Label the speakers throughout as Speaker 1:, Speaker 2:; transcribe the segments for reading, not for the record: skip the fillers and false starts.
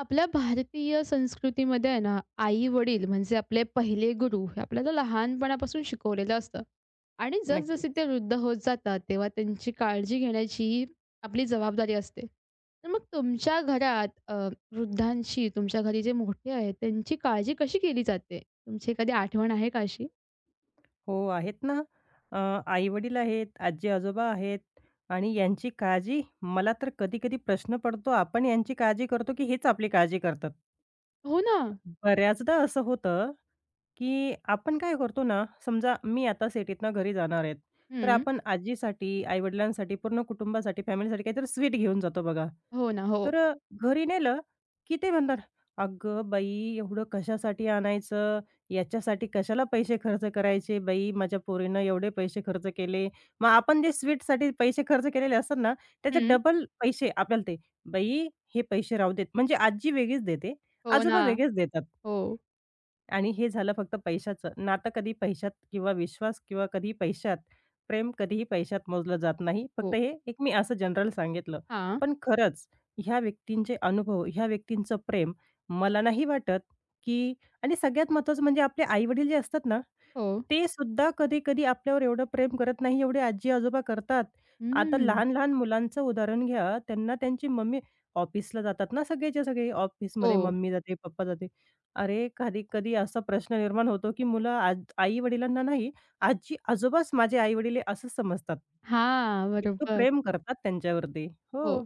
Speaker 1: आपल्या भारतीय संस्कृतीमध्ये आहे ना, आई-वडील म्हणजे आपले पहिले गुरु हे आपल्याला लहानपणापासून शिकवलेलं असतं. आणि जसजसे
Speaker 2: नक्कीच.
Speaker 1: ते वृद्ध होत जातात, तेव्हा त्यांची काळजी घेण्याची आपली जबाबदारी असते. तर मग तुमच्या घरात वृद्धांशी तुमच्या घरी जे मोठे आहेत, त्यांची काळजी कशी केली जाते? तुमची एखादी आठवण आहे का अशी?
Speaker 2: हो, आहेत ना. अ, आई-वडील आहेत, आजी-आजोबा आहेत आणि यांची काळजी मला तर कधी-कधी प्रश्न पडतो, आपण यांची काळजी करतो, की हेच आपली काळजी करतात?
Speaker 1: हो ना.
Speaker 2: बऱ्याचदा असं होतं की आपण काय करतो ना, समजा मी आता सिटीतनं घरी जाणार आहेत, तर
Speaker 1: हं.
Speaker 2: आपण आजीसाठी, आई-वडिलांसाठी, पूर्ण कुटुंबासाठी, फॅमिलीसाठी काहीतरी स्वीट घेऊन जातो बघा.
Speaker 1: हो ना. हो.
Speaker 2: तर अ, घरी नेलं की ते म्हणतात, "अगं बाई, एवढं कशासाठी आणायचं? याच्यासाठी कशाला पैसे खर्च करायचे बाई? माझ्या पोरीनं एवढे पैसे खर्च केले." मग आपण जे स्वीटसाठी पैसे खर्च केलेले असतात ना, त्याचे
Speaker 1: हं.
Speaker 2: डबल पैसे आपल्याला ते, "बाई, हे पैसे राहू देत." म्हणजे आजी वेगळीच देते,
Speaker 1: हो ना.
Speaker 2: आजोबा वेगळेच देतात.
Speaker 1: हो,
Speaker 2: आणि हे झालं फक्त पैशाचं. नातं कधी पैशात किंवा विश्वास किंवा कधीही पैशात, प्रेम कधीही पैशात मोजलं जात नाही. फक्त
Speaker 1: हो.
Speaker 2: हे एक मी असं जनरल सांगितलं.
Speaker 1: हां.
Speaker 2: पण खरंच ह्या व्यक्तींचे अनुभव, ह्या व्यक्तींचं प्रेम मला नाही वाटत, की आणि सगळ्यात महत्त्वाचं म्हणजे आपले आई-वडील जे असतात ना
Speaker 1: हो.
Speaker 2: ते सुद्धा कधी-कधी आपल्यावर एवढं प्रेम करत नाही, एवढे आजी-आजोबा करतात. आता
Speaker 1: हं.
Speaker 2: लहान-लहान मुलांचं उदाहरण घ्या, त्यांना त्यांची मम्मी ऑफिसला जातात ना सगळेच्या सगळे,
Speaker 1: हो.
Speaker 2: ऑफिसमध्ये मम्मी जाते, पप्पा जाते. अरे, कधी-कधी असा प्रश्न निर्माण होतो, की मुलं आज आई-वडिलांना नाही, आजी-आजोबाच माझे आई-वडील असं समजतात.
Speaker 1: हां.
Speaker 2: इतकं
Speaker 1: बरोबर.
Speaker 2: प्रेम करतात त्यांच्यावरती.
Speaker 1: हो.
Speaker 2: हो.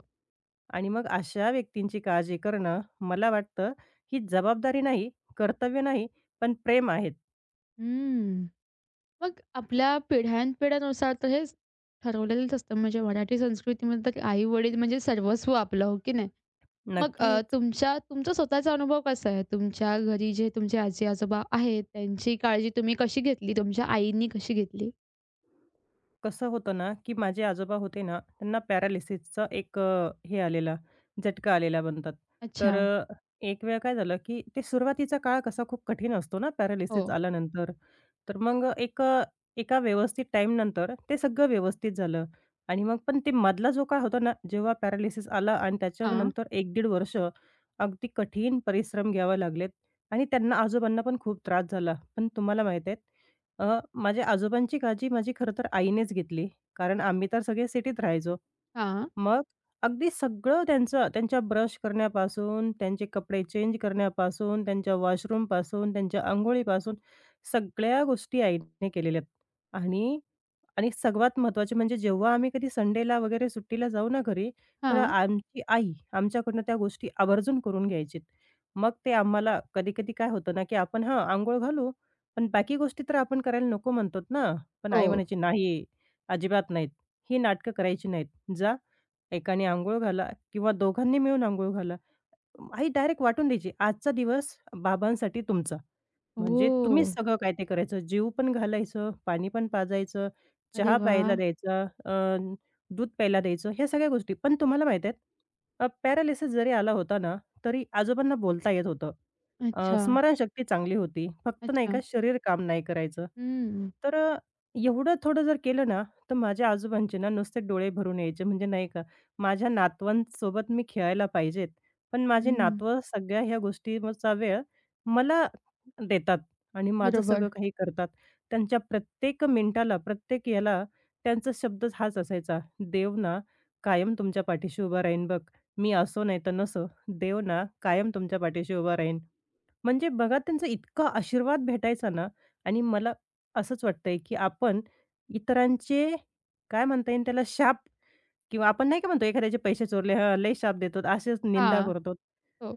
Speaker 2: आणि मग अशा व्यक्तींची काळजी करणं, मला वाटतं ही जबाबदारी नाही, कर्तव्य नाही, पण प्रेम आहेत.
Speaker 1: हम्म. मग आपल्या पिढ्यानपिढ्यानुसार तर हेच ठरवलेलंच असतं. म्हणजे मराठी संस्कृतीमध्ये तर आई-वडील म्हणजे सर्वस्व आपलं, हो की नाही? मग
Speaker 2: नक्कीच.
Speaker 1: तुमचा स्वतःचा अनुभव कसा आहे? तुमच्या घरी जे तुमचे आजी-आजोबा आहेत, त्यांची काळजी तुम्ही कशी घेतली? तुमच्या आईंनी कशी घेतली?
Speaker 2: कसं होतं ना, की माझे आजोबा होते ना, त्यांना पॅरालिसिसचा एक अ, हे आलेला, झटका आलेला म्हणतात. तर
Speaker 1: अच्छा.
Speaker 2: अ, एक वेळ काय झालं, की ते सुरुवातीचा काळ कसा खूप कठीण असतो ना, पॅरालिसिस
Speaker 1: हो.
Speaker 2: आल्यानंतर. तर मग एका व्यवस्थित टाईमनंतर ते सगळं व्यवस्थित झालं आणि मग पण ते मधला जो काळ होता ना, जेव्हा पॅरालिसिस आला आणि
Speaker 1: हां.
Speaker 2: त्याच्यानंतर 1-1.5 वर्ष अगदी कठीण परिश्रम घ्यावे लागलेत आणि त्यांना आजोबांना पण खूप त्रास झाला. पण तुम्हाला माहीत आहे माझ्या आजोबांची काळजी माझी खरं तर आईनेच घेतली. कारण आम्ही तर सगळे सिटीत राहायचो.
Speaker 1: हां.
Speaker 2: मग अगदी सगळं त्यांचं, त्यांच्या ब्रश करण्यापासून, त्यांचे कपडे चेंज करण्यापासून, त्यांच्या वॉशरूमपासून, त्यांच्या अंघोळीपासून सगळ्या गोष्टी आईने केलेल्या आहेत. आणि आणि सर्वात महत्त्वाचे म्हणजे जेव्हा आम्ही कधी संडेला वगैरे सुट्टीला जाऊ ना घरी, तर
Speaker 1: हां.
Speaker 2: आमची आई आमच्याकडनं त्या गोष्टी आवर्जून करून घ्यायची. मग ते आम्हाला कधी-कधी काय होतं ना, की आपण हां, अंघोळ घालू, पण बाकी गोष्टी तर आपण करायला नको म्हणतो ना. पण
Speaker 1: हो.
Speaker 2: आई म्हणायची, "नाही, अजिबात नाहीत. ही नाटकं करायची नाहीत. जा, एकाने अंघोळ घाला किंवा दोघांनी मिळून अंघोळ घाला." आई डायरेक्ट वाटून द्यायची, "आजचा दिवस बाबांसाठी तुमचा." म्हणजे
Speaker 1: ओह!
Speaker 2: तुम्हीच सगळं काय ते करायचं. जेवू पण घालायचं, पाणी पण पाजायचं,
Speaker 1: अरे
Speaker 2: चहा प्यायला
Speaker 1: वाह!
Speaker 2: द्यायचा, दूध प्यायला द्यायचं, ह्या सगळ्या गोष्टी. पण तुम्हाला माहीत आहेत, पॅरालिसिस जरी आला होता ना, तरी आजोबांना बोलता येत होतं.
Speaker 1: अच्छा,
Speaker 2: स्मरणशक्ती चांगली होती. फक्त नाही
Speaker 1: अच्छा.
Speaker 2: का शरीर काम नाही करायचं.
Speaker 1: हं,
Speaker 2: तर अ, एवढं थोडं जर केलं ना, तर माझ्या आजोबांचे ना नुसते डोळे भरून यायचे. म्हणजे नाही का, माझ्या नातवांसोबत मी खेळायला पाहिजेत. पण माझे
Speaker 1: हं.
Speaker 2: नातवं सगळ्या ह्या गोष्टींवरचा वेळ मला देतात आणि माझं
Speaker 1: बरोबर.
Speaker 2: सगळं काही करतात. त्यांच्या प्रत्येक मिनिटाला, प्रत्येक याला त्यांचा शब्दच हाच असायचा, "देव ना कायम तुमच्या पाठीशी उभा राहीन बघ. मी असो नाही तर नसो, देव ना कायम तुमच्या पाठीशी उभा राहीन." म्हणजे बघा त्यांचा इतका आशीर्वाद भेटायचा ना आणि मला असंच वाटतंय, की आपण इतरांचे काय म्हणता येईल त्याला शाप किंवा आपण नाही का म्हणतो एखाद्याचे पैसे चोरले, "हं, लई शाप देतो." अशीच निंदा
Speaker 1: हां.
Speaker 2: करतो.
Speaker 1: हो.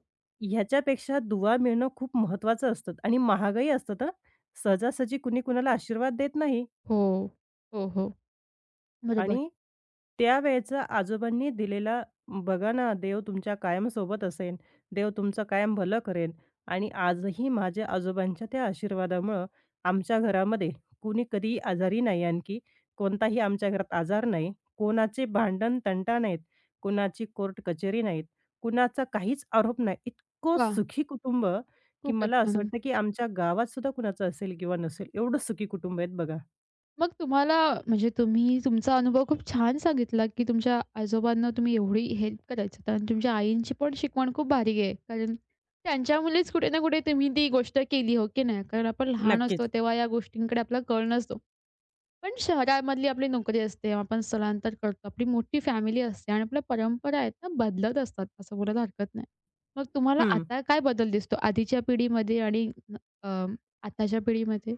Speaker 2: ह्याच्यापेक्षा दुवा मिळणं खूप महत्त्वाचं असतं आणि महागही असतं हं. सहजासहजी कुणी कुणाला आशीर्वाद देत नाही.
Speaker 1: हो. हो, हो. बरोबर.
Speaker 2: आणि त्यावेळचं आजोबांनी दिलेला बघा ना, देव तुमच्या कायम सोबत असेन, देव तुमचं कायम भलं करेन आणि आजही माझ्या आजोबांच्या त्या आशीर्वादामुळं आमच्या घरामध्ये कुणी कधीही आजारी नाही आणखी कोणताही आमच्या घरात आजार नाही. कोणाचे भांडण-तंटा नाहीत, कोणाची कोर्ट कचेरी नाहीत, कुणाचा काहीच आरोप नाही. इतकं
Speaker 1: वाह!
Speaker 2: सुखी कुटुंब की
Speaker 1: खूपच
Speaker 2: मला असं
Speaker 1: छान.
Speaker 2: वाटतं की आमच्या गावात सुद्धा कुणाचं असेल किंवा नसेल, एवढं सुखी कुटुंब आहेत बघा.
Speaker 1: मग तुम्हाला म्हणजे तुम्ही तुमचा अनुभव खूप छान सांगितला, की तुमच्या आजोबांना तुम्ही एवढी हेल्प करायचात आणि तुमच्या आईंची पण शिकवण खूप भारी आहे. कारण त्यांच्यामुळेच कुठे ना कुठे तुम्ही ती गोष्ट केली, हो की नाही? कारण आपण लहान असतो
Speaker 2: नक्कीच.
Speaker 1: तेव्हा या गोष्टींकडे आपला कल नसतो. पण शहरामधली आपली नोकरी असते, आपण स्थलांतर करतो, आपली मोठी फॅमिली असते आणि आपल्या परंपरा आहेत ना बदलत असतात, असं बोलायला हरकत नाही. मग तुम्हाला
Speaker 2: हं.
Speaker 1: आता काय बदल दिसतो आधीच्या पिढीमध्ये आणि अ, आताच्या पिढीमध्ये?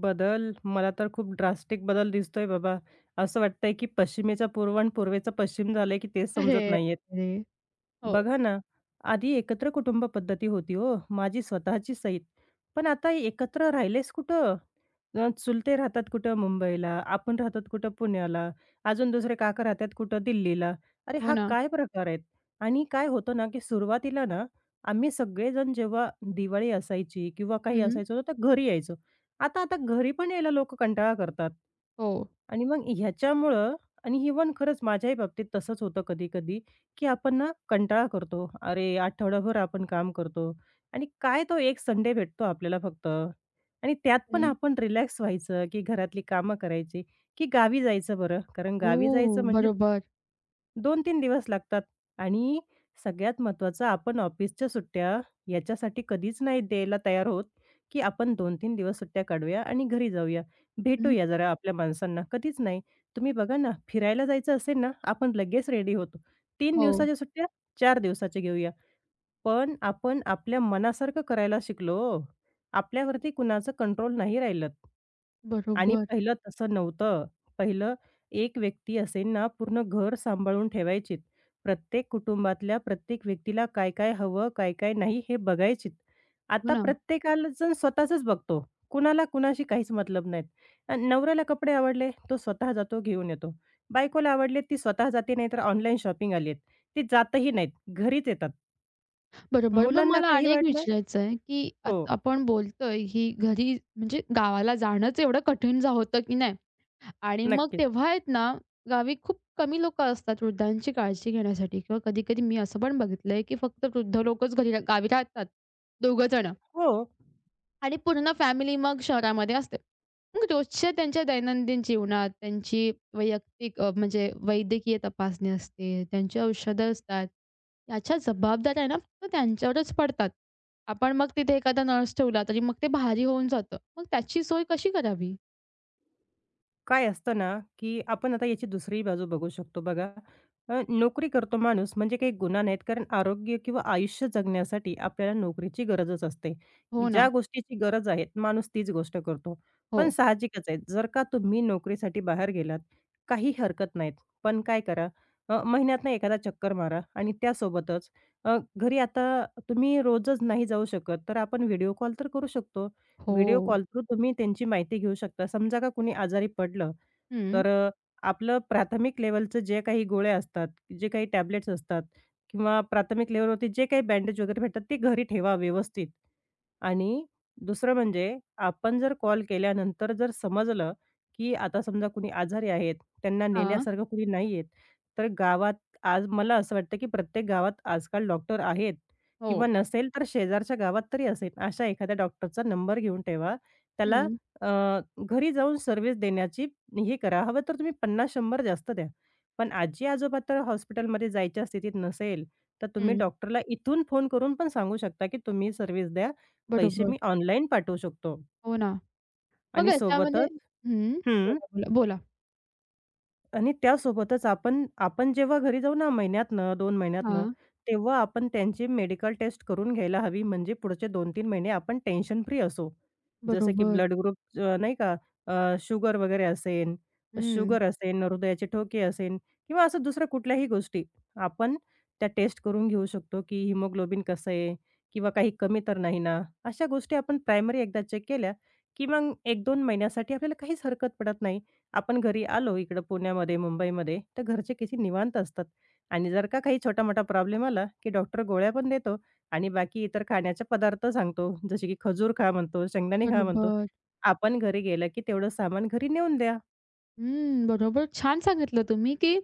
Speaker 2: बदल, मला तर खूप ड्रास्टिक बदल दिसतोय बाबा. असं वाटतंय की पश्चिमेचा पूर्व आणि पूर्वेचा पश्चिम झालंय की तेच समजत
Speaker 1: अरे!
Speaker 2: नाहीये.
Speaker 1: अरे! हो.
Speaker 2: बघा ना, आधी एकत्र कुटुंब पद्धती होती हो, माझी स्वतःची सहित. पण आता एकत्र राहिलेच कुठं? चुलते राहतात कुठं मुंबईला, आपण राहतात कुठं पुण्याला, अजून दुसरे काका राहतात कुठं दिल्लीला. अरे
Speaker 1: हो
Speaker 2: हा
Speaker 1: ना.
Speaker 2: काय प्रकार आहेत? आणि काय होतं ना, की सुरुवातीला ना, आम्ही सगळेजण जेव्हा दिवाळी असायची किंवा काही
Speaker 1: हं.
Speaker 2: असायचं तर घरी यायचो. आता आता घरी पण यायला लोकं कंटाळा करतात.
Speaker 1: हो
Speaker 2: आणि मग ह्याच्यामुळं आणि इव्हन खरंच माझ्याही बाबतीत तसंच होतं कधी-कधी, की आपण ना कंटाळा करतो. अरे, आठवडाभर आपण काम करतो आणि काय तो एक संडे भेटतो आपल्याला फक्त आणि त्यात पण
Speaker 1: आणि
Speaker 2: आपण रिलॅक्स व्हायचं, की घरातली कामं करायची, की गावी जायचं बरं? कारण गावी जायचं
Speaker 1: हो,
Speaker 2: म्हणजे
Speaker 1: बरोबर.
Speaker 2: दोन तीन दिवस लागतात आणि सगळ्यात महत्त्वाचं आपण ऑफिसच्या सुट्ट्या याच्यासाठी कधीच नाही द्यायला तयार होत, की आपण दोन तीन दिवस सुट्ट्या काढूया आणि घरी जाऊया.
Speaker 1: हं.
Speaker 2: भेटूया जरा आपल्या माणसांना. कधीच नाही. तुम्ही बघा ना, फिरायला जायचं असेल ना, आपण लगेच रेडी होतो. 3
Speaker 1: हो,
Speaker 2: दिवसाच्या सुट्ट्या 4 दिवसाच्या घेऊया. पण आपण आपल्या मनासारखं करायला शिकलो ओ. आपल्यावरती कुणाचं कंट्रोल नाही राहिलं. आणि
Speaker 1: बरोबर.
Speaker 2: पहिलं तसं नव्हतं. पहिलं एक व्यक्ती असेल ना, पूर्ण घर सांभाळून ठेवायचीत. प्रत्येक कुटुंबातल्या प्रत्येक व्यक्तीला काय-काय हवं, काय-काय नाही हे बघायचीत.
Speaker 1: हो
Speaker 2: आता
Speaker 1: ना.
Speaker 2: प्रत्येकाला जण स्वतःचंच बघतो. कुणाला कुणाशी काहीच मतलब नाहीत. अन् नवऱ्याला कपडे आवडले, तो स्वतः जातो घेऊन येतो. बायकोला आवडले, ती स्वतः जाते नाहीतर ऑनलाईन शॉपिंग आली आहे. ती जातही नाहीत, घरीच येतात.
Speaker 1: बरोबर. मग
Speaker 2: मुलांना
Speaker 1: मला
Speaker 2: काही
Speaker 1: आणि एक
Speaker 2: वाटलं
Speaker 1: विचारायचं आहे, की
Speaker 2: हो,
Speaker 1: आता आपण बोलतोय, की घरी म्हणजे गावाला जाणंच एवढं कठीण जा होतं की नाही आणि मग
Speaker 2: नक्कीच.
Speaker 1: तेव्हा आहेत ना, गावी खूप कमी लोकं असतात वृद्धांची काळजी घेण्यासाठी किंवा कधी-कधी मी असं पण बघितलंय, की फक्त वृद्ध लोकच घरी गावी राहतात, दोघं जण.
Speaker 2: हो,
Speaker 1: आणि पूर्ण फॅमिली मग शहरामध्ये असते. मग रोजच्या त्यांच्या दैनंदिन जीवनात त्यांची वैयक्तिक म्हणजे वैद्यकीय तपासणी असते, त्यांची औषधं असतात. याच्या जबाबदाऱ्या ना फक्त त्यांच्यावरच पडतात. आपण मग तिथे एखादा नर्स ठेवला तरी मग ते भारी होऊन जातं. मग त्याची सोय कशी करावी?
Speaker 2: काय असतं ना, की आपण आता याची दुसरी बाजू बघू शकतो बघा. नोकरी करतो माणूस म्हणजे काही गुन्हा नाहीत, कारण आरोग्य किंवा आयुष्य जगण्यासाठी आपल्याला नोकरीची गरजच असते.
Speaker 1: हो ना.
Speaker 2: ज्या गोष्टीची गरज आहे, माणूस तीच गोष्ट करतो. पण
Speaker 1: हो.
Speaker 2: साहजिकच आहे, जर का तुम्ही नोकरीसाठी बाहेर गेलात, काही हरकत नाहीत. पण काय करा, महिन्यातनं एखादा चक्कर मारा आणि त्यासोबतच अ, घरी आता तुम्ही रोजच नाही जाऊ शकत, तर आपण व्हिडिओ कॉल तर करू शकतो.
Speaker 1: हो.
Speaker 2: व्हिडिओ कॉल थ्रू तुम्ही त्यांची माहिती घेऊ शकता. समजा का कुणी आजारी पडलं,
Speaker 1: हं.
Speaker 2: तर आपलं प्राथमिक लेव्हलचं जे काही गोळ्या असतात, जे काही टॅबलेट्स असतात किंवा प्राथमिक लेव्हलवरती जे काही बँडेज वगैरे भेटतात ते घरी ठेवा व्यवस्थित. आणि दुसरं म्हणजे आपण जर कॉल केल्यानंतर जर समजलं, की आता समजा कुणी आजारी आहेत, त्यांना
Speaker 1: हां.
Speaker 2: नेण्यासारखं कुणी नाही आहेत, तर गावात आज मला असं वाटतं, की प्रत्येक गावात आजकाल डॉक्टर आहेत
Speaker 1: हो.
Speaker 2: किंवा नसेल तर शेजारच्या गावात तरी असेल. अशा एखाद्या डॉक्टरचा नंबर घेऊन ठेवा. त्याला
Speaker 1: हं.
Speaker 2: घरी जाऊन सर्व्हिस देण्याची हे करा. हवं तर तुम्ही 50-100 जास्त द्या. पण आजी-आजोबा तर हॉस्पिटलमध्ये जायच्या स्थितीत नसेल, तर तुम्ही
Speaker 1: हं.
Speaker 2: डॉक्टरला इथून फोन करून पण सांगू शकता, की तुम्ही सर्व्हिस द्या. पैसे
Speaker 1: बरोबर.
Speaker 2: मी ऑनलाईन पाठवू शकतो
Speaker 1: हो ना. मग
Speaker 2: आणि
Speaker 1: याच्यामध्ये
Speaker 2: सोबतच
Speaker 1: हं.
Speaker 2: हं.
Speaker 1: बोला, बोला. बोला.
Speaker 2: आणि त्यासोबतच आपण आपण जेव्हा घरी जाऊ ना महिन्यातनं, 2 महिन्यातनं,
Speaker 1: हां.
Speaker 2: तेव्हा आपण त्यांची मेडिकल टेस्ट करून घ्यायला हवी. म्हणजे पुढचे दोन तीन महिने आपण टेन्शन फ्री असू. जसं की
Speaker 1: बरोबर.
Speaker 2: ब्लड ग्रुप अ, नाही का अ, शुगर वगैरे असेन,
Speaker 1: हं.
Speaker 2: शुगर असेन, हृदयाचे ठोके असेन किंवा असं दुसऱ्या कुठल्याही गोष्टी आपण त्या टेस्ट करून घेऊ शकतो, की हिमोग्लोबिन कसं आहे किंवा काही कमी तर नाही ना? अशा गोष्टी आपण प्रायमरी एकदा चेक केल्या, की मग 1-2 महिन्यासाठी आपल्याला काहीच हरकत पडत नाही. आपण घरी आलो इकडं पुण्यामध्ये, मुंबईमध्ये, तर घरचे किती निवांत असतात आणि जर का काही छोटा-मोठा प्रॉब्लेम आला, की डॉक्टर गोळ्या पण देतो आणि बाकी इतर खाण्याचे पदार्थ सांगतो. जसे की खजूर खा म्हणतो, शेंगदाणे खा म्हणतो.
Speaker 1: बरोबर.
Speaker 2: आपण घरी गेलं की तेवढं सामान घरी नेऊन द्या.
Speaker 1: हं, बरोबर. छान सांगितलं तुम्ही, की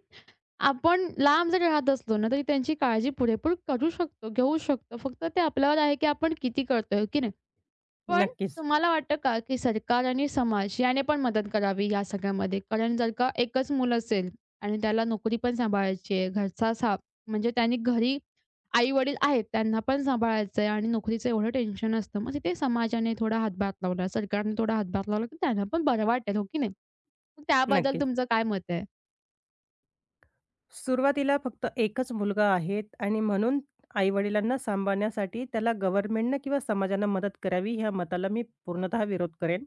Speaker 1: आपण लांब जरी राहत असलो ना, तरी त्यांची काळजी पुरेपूर करू शकतो, घेऊ शकतो. फक्त ते आपल्यावर आहे, की आपण किती करतोय, हो की नाही? पण
Speaker 2: नक्कीच,
Speaker 1: तुम्हाला वाटतं का, की सरकार आणि समाज याने पण मदत करावी या सगळ्यामध्ये? कारण जर का एकच मूल असेल आणि त्याला नोकरी पण सांभाळायची आहे, घरचा साप म्हणजे त्यांनी घरी आई-वडील आहेत, त्यांना पण सांभाळायचं आहे आणि नोकरीचं एवढं टेन्शन असतं. मग तिथे समाजाने थोडा हातभार लावला, सरकारने थोडा हातभार लावला, की त्यांना पण बरं वाटेल, हो की नाही? मग त्याबद्दल
Speaker 2: नक्कीच.
Speaker 1: तुमचं काय मत आहे?
Speaker 2: सुरुवातीला फक्त एकच मुलगा आहे आणि म्हणून आई-वडिलांना सांभाळण्यासाठी त्याला गव्हर्नमेंटनं किंवा समाजानं मदत करावी ह्या मताला मी पूर्णतः विरोध करेन.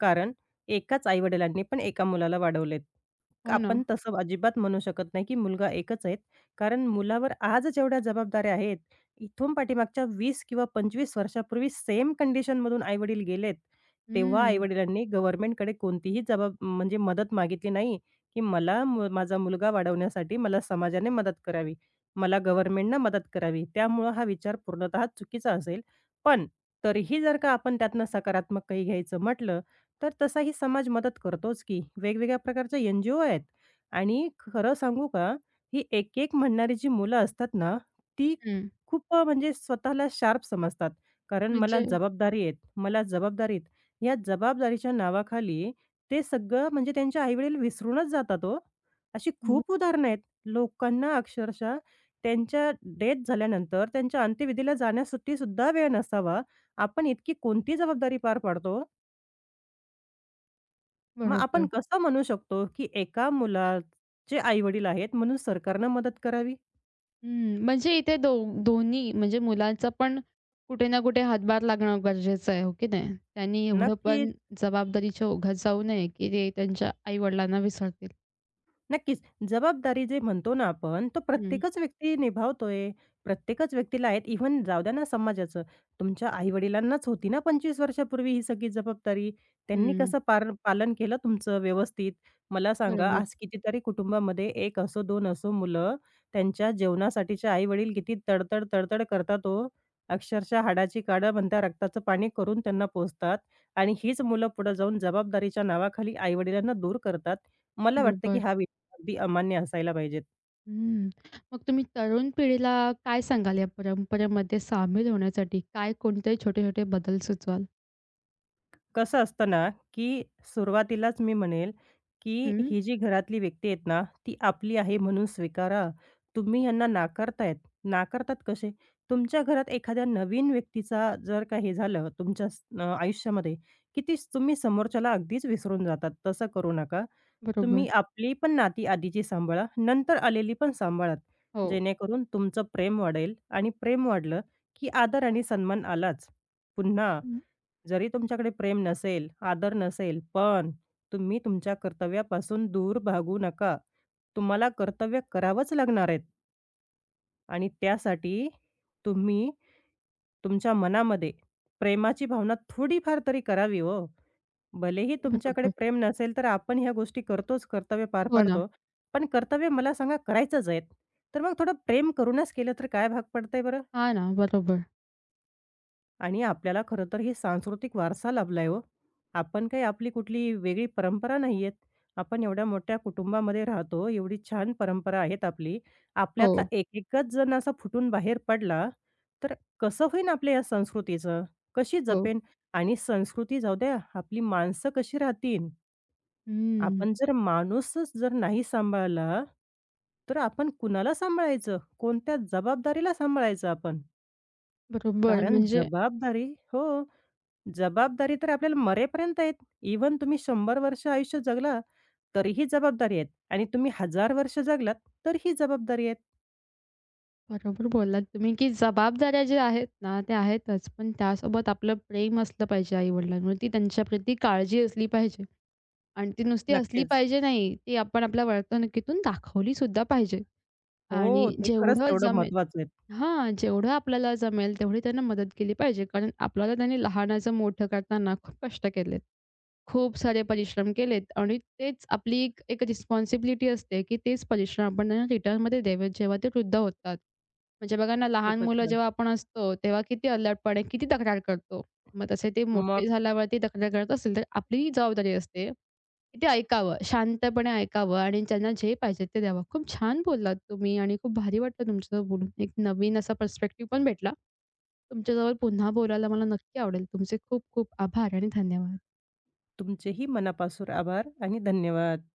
Speaker 2: कारण एकाच आई-वडिलांनी पण एका मुलाला वाढवलेत.
Speaker 1: हो ना.
Speaker 2: आपण तसं अजिबात म्हणू शकत नाही, की मुलगा एकच आहे. कारण मुलावर आज जेवढ्या जबाबदाऱ्या आहेत, इथून पाठीमागच्या 20 किंवा 25 वर्षापूर्वी सेम कंडिशनमधून आई गेलेत. तेव्हा आई
Speaker 1: हं,
Speaker 2: गव्हर्नमेंटकडे कोणतीही जबाब म्हणजे मदत मागितली नाही. की मला माझा मुलगा वाढवण्यासाठी मला समाजाने मदत करावी. मला गव्हर्नमेंटनं मदत करावी. त्यामुळं हा विचार पूर्णतः चुकीचा असेल. पण तरीही जर का आपण त्यातनं सकारात्मक काही घ्यायचं म्हटलं, तर तसाही समाज मदत करतोच की. वेगवेगळ्या प्रकारच्या एन-जी-ओ आहेत आणि खरं सांगू का, ही एक-एक म्हणणारी जी मुलं असतात ना, ती
Speaker 1: हं.
Speaker 2: खूप म्हणजे स्वतःला शार्प समजतात. कारण मला
Speaker 1: म्हणजे
Speaker 2: जबाबदारी आहेत, मला जबाबदारी या जबाबदारीच्या नावाखाली ते सगळं म्हणजे त्यांचे आईवडील विसरूनच जातात हो. अशी
Speaker 1: हो,
Speaker 2: खूप उदाहरणं आहेत. लोकांना अक्षरशः त्यांच्या डेथ झाल्यानंतर त्यांच्या अंत्यविधीला जाण्यासाठीसुद्धा वेळ नसावा. आपण इतकी कोणती जबाबदारी पार पाडतो? मग आपण
Speaker 1: बरोबर.
Speaker 2: कसं म्हणू शकतो, की एका मुलाचे आई-वडील आहेत म्हणून सरकारनं मदत करावी?
Speaker 1: हं, म्हणजे इथे दोन्ही म्हणजे मुलाचा पण कुठे ना कुठे हातभार लागणं गरजेचं आहे, हो की नाही? त्यांनी एवढं पण
Speaker 2: नक्कीच.
Speaker 1: जबाबदारीच्या ओघात जाऊ नये, की ते त्यांच्या आई-वडिलांना विसरतील.
Speaker 2: नक्कीच. जबाबदारी जे म्हणतो ना आपण, तो
Speaker 1: हं,
Speaker 2: प्रत्येकच व्यक्ती निभावतोय. प्रत्येकच व्यक्तीला आहेत. इव्हन जाऊ द्या ना समाजाचं. तुमच्या आई-वडिलांनाच होती ना 25 वर्षापूर्वी ही सगळी जबाबदारी. त्यांनी
Speaker 1: हं.
Speaker 2: कसं पार पालन केलं तुमचं व्यवस्थित? मला सांगा,
Speaker 1: बरोबर,
Speaker 2: आज कितीतरी कुटुंबामध्ये 1 असो, 2 असो मुलं, त्यांच्या जेवणासाठीच्या आई-वडील किती तडतड, तडतड करतात ओ. अक्षरशः हाडाची काढं बनता रक्ताचं पाणी करून त्यांना पोसतात आणि हीच मुलं पुढे जाऊन जबाबदारीच्या नावाखाली आई-वडिलांना दूर करतात. मला वाटतं की
Speaker 1: बरोबर.
Speaker 2: हा अगदी अमान्य असायला पाहिजेत.
Speaker 1: हं. मग तुम्ही तरुण पिढीला काय सांगाल या परंपरेमध्ये सामील होण्यासाठी? काय कोणते छोटे-छोटे बदल सुचवाल?
Speaker 2: कसं असतं ना, की सुरुवातीलाच मी म्हणेल, की
Speaker 1: हं,
Speaker 2: ही जी घरातली व्यक्ती आहेत ना, ती आपली आहे म्हणून स्वीकारा. तुम्ही यांना नाकारतायत. नाकारतात कसे? तुमच्या घरात एखाद्या नवीन व्यक्तीचा जर का हे झालं आयुष्यामध्ये, तुम्ही समोरच्याला अगदीच विसरून जातात. तसं करू नका.
Speaker 1: बरोबर.
Speaker 2: तुम्ही आपली पण नाती आधीची सांभाळा, नंतर आलेली पण सांभाळा.
Speaker 1: हो.
Speaker 2: जेणेकरून तुमचं प्रेम वाढेल आणि प्रेम वाढलं, की आदर आणि सन्मान आलाच. पुन्हा
Speaker 1: हं,
Speaker 2: जरी तुमच्याकडे प्रेम नसेल, आदर नसेल, पण तुम्ही तुमच्या कर्तव्यापासून दूर भागू नका. तुम्हाला कर्तव्य करावंच लागणार आहेत आणि त्यासाठी तुम्ही तुमच्या मनामध्ये प्रेमाची भावना थोडीफार तरी करावी हो. भलेही तुमच्याकडे
Speaker 1: बरोबर.
Speaker 2: प्रेम नसेल, तर आपण ह्या गोष्टी करतोच, कर्तव्य पार
Speaker 1: हो ना.
Speaker 2: पाडतो. पण कर्तव्य मला सांगा करायचंच आहेत, तर मग थोडं प्रेम करूनच केलं तर काय भाग पडतंय बरं?
Speaker 1: हां ना. बरोबर.
Speaker 2: आणि आपल्याला खरं तर हे सांस्कृतिक वारसा लाभलाय हो. आपण काही आपली कुठली वेगळी परंपरा नाहीयेत. आपण एवढ्या मोठ्या कुटुंबामध्ये राहतो, एवढी छान परंपरा आहेत आपली.
Speaker 1: हो,
Speaker 2: आपल्यातला एक-एकच जण असा फुटून बाहेर पडला, तर कसं होईन आपल्या या संस्कृतीचं? कशी
Speaker 1: हो.
Speaker 2: जपेन? आणि संस्कृती जाऊ द्या, आपली माणसं कशी राहतील?
Speaker 1: हं.
Speaker 2: आपण जर माणूसच जर नाही सांभाळला, तर आपण कुणाला सांभाळायचं? कोणत्या जबाबदारीला सांभाळायचं आपण?
Speaker 1: बरोबर.
Speaker 2: कारण
Speaker 1: म्हणजे
Speaker 2: जबाबदारी हो. जबाबदारी तर आपल्याला मरेपर्यंत आहेत. इव्हन तुम्ही 100 वर्ष आयुष्य जगला तरीही जबाबदारी आहेत आणि तुम्ही 1000 वर्ष जगलात तर ही जबाबदारी आहेत.
Speaker 1: बरोबर बोललात तुम्ही, की जबाबदाऱ्या ज्या आहेत ना, त्या आहेतच. पण त्यासोबत आपलं प्रेम असलं पाहिजे आई-वडिलांवरती. त्यांच्याप्रती काळजी असली पाहिजे आणि ती नुसती असली
Speaker 2: नक्कीच.
Speaker 1: पाहिजे नाही, ती आपण आपल्या वर्तणुकीतून दाखवली सुद्धा पाहिजे
Speaker 2: हो,
Speaker 1: आणि
Speaker 2: ते खरंच
Speaker 1: जेवढं
Speaker 2: तेवढं
Speaker 1: जमेल
Speaker 2: महत्त्वाचं आहे.
Speaker 1: हां, जेवढं आपल्याला जमेल तेवढी त्यांना मदत केली पाहिजे. कारण आपल्याला त्यांनी लहानाचं मोठं करताना खूप कष्ट केलेत. खूप सारे परिश्रम केलेत आणि तेच आपली एक एक रिस्पॉन्सिबिलिटी असते, की तेच परिश्रम आपण त्यांना रिटर्नमध्ये द्यावेत जेव्हा ते वृद्ध होतात. म्हणजे बघा ना, लहान
Speaker 2: खूपच
Speaker 1: मुलं
Speaker 2: छान.
Speaker 1: जेव्हा आपण असतो तेव्हा किती अल्लडपणे, किती तक्रार करतो. मग तसे ते
Speaker 2: मग
Speaker 1: मोठे झाल्यावरती तक्रार करत असतील, तर आपलीही जबाबदारी असते ते ऐकावं, शांतपणे ऐकावं आणि त्यांना जे पाहिजे ते द्यावं. खूप छान बोललात तुम्ही आणि खूप भारी वाटलं तुमच्यासोबत बोलून. एक नवीन असा पर्स्पेक्टिव्ह पण भेटला. तुमच्याजवळ पुन्हा बोलायला मला नक्की आवडेल. तुमचे खूप खूप आभार आणि धन्यवाद.
Speaker 2: तुमचेही मनापासून आभार आणि धन्यवाद.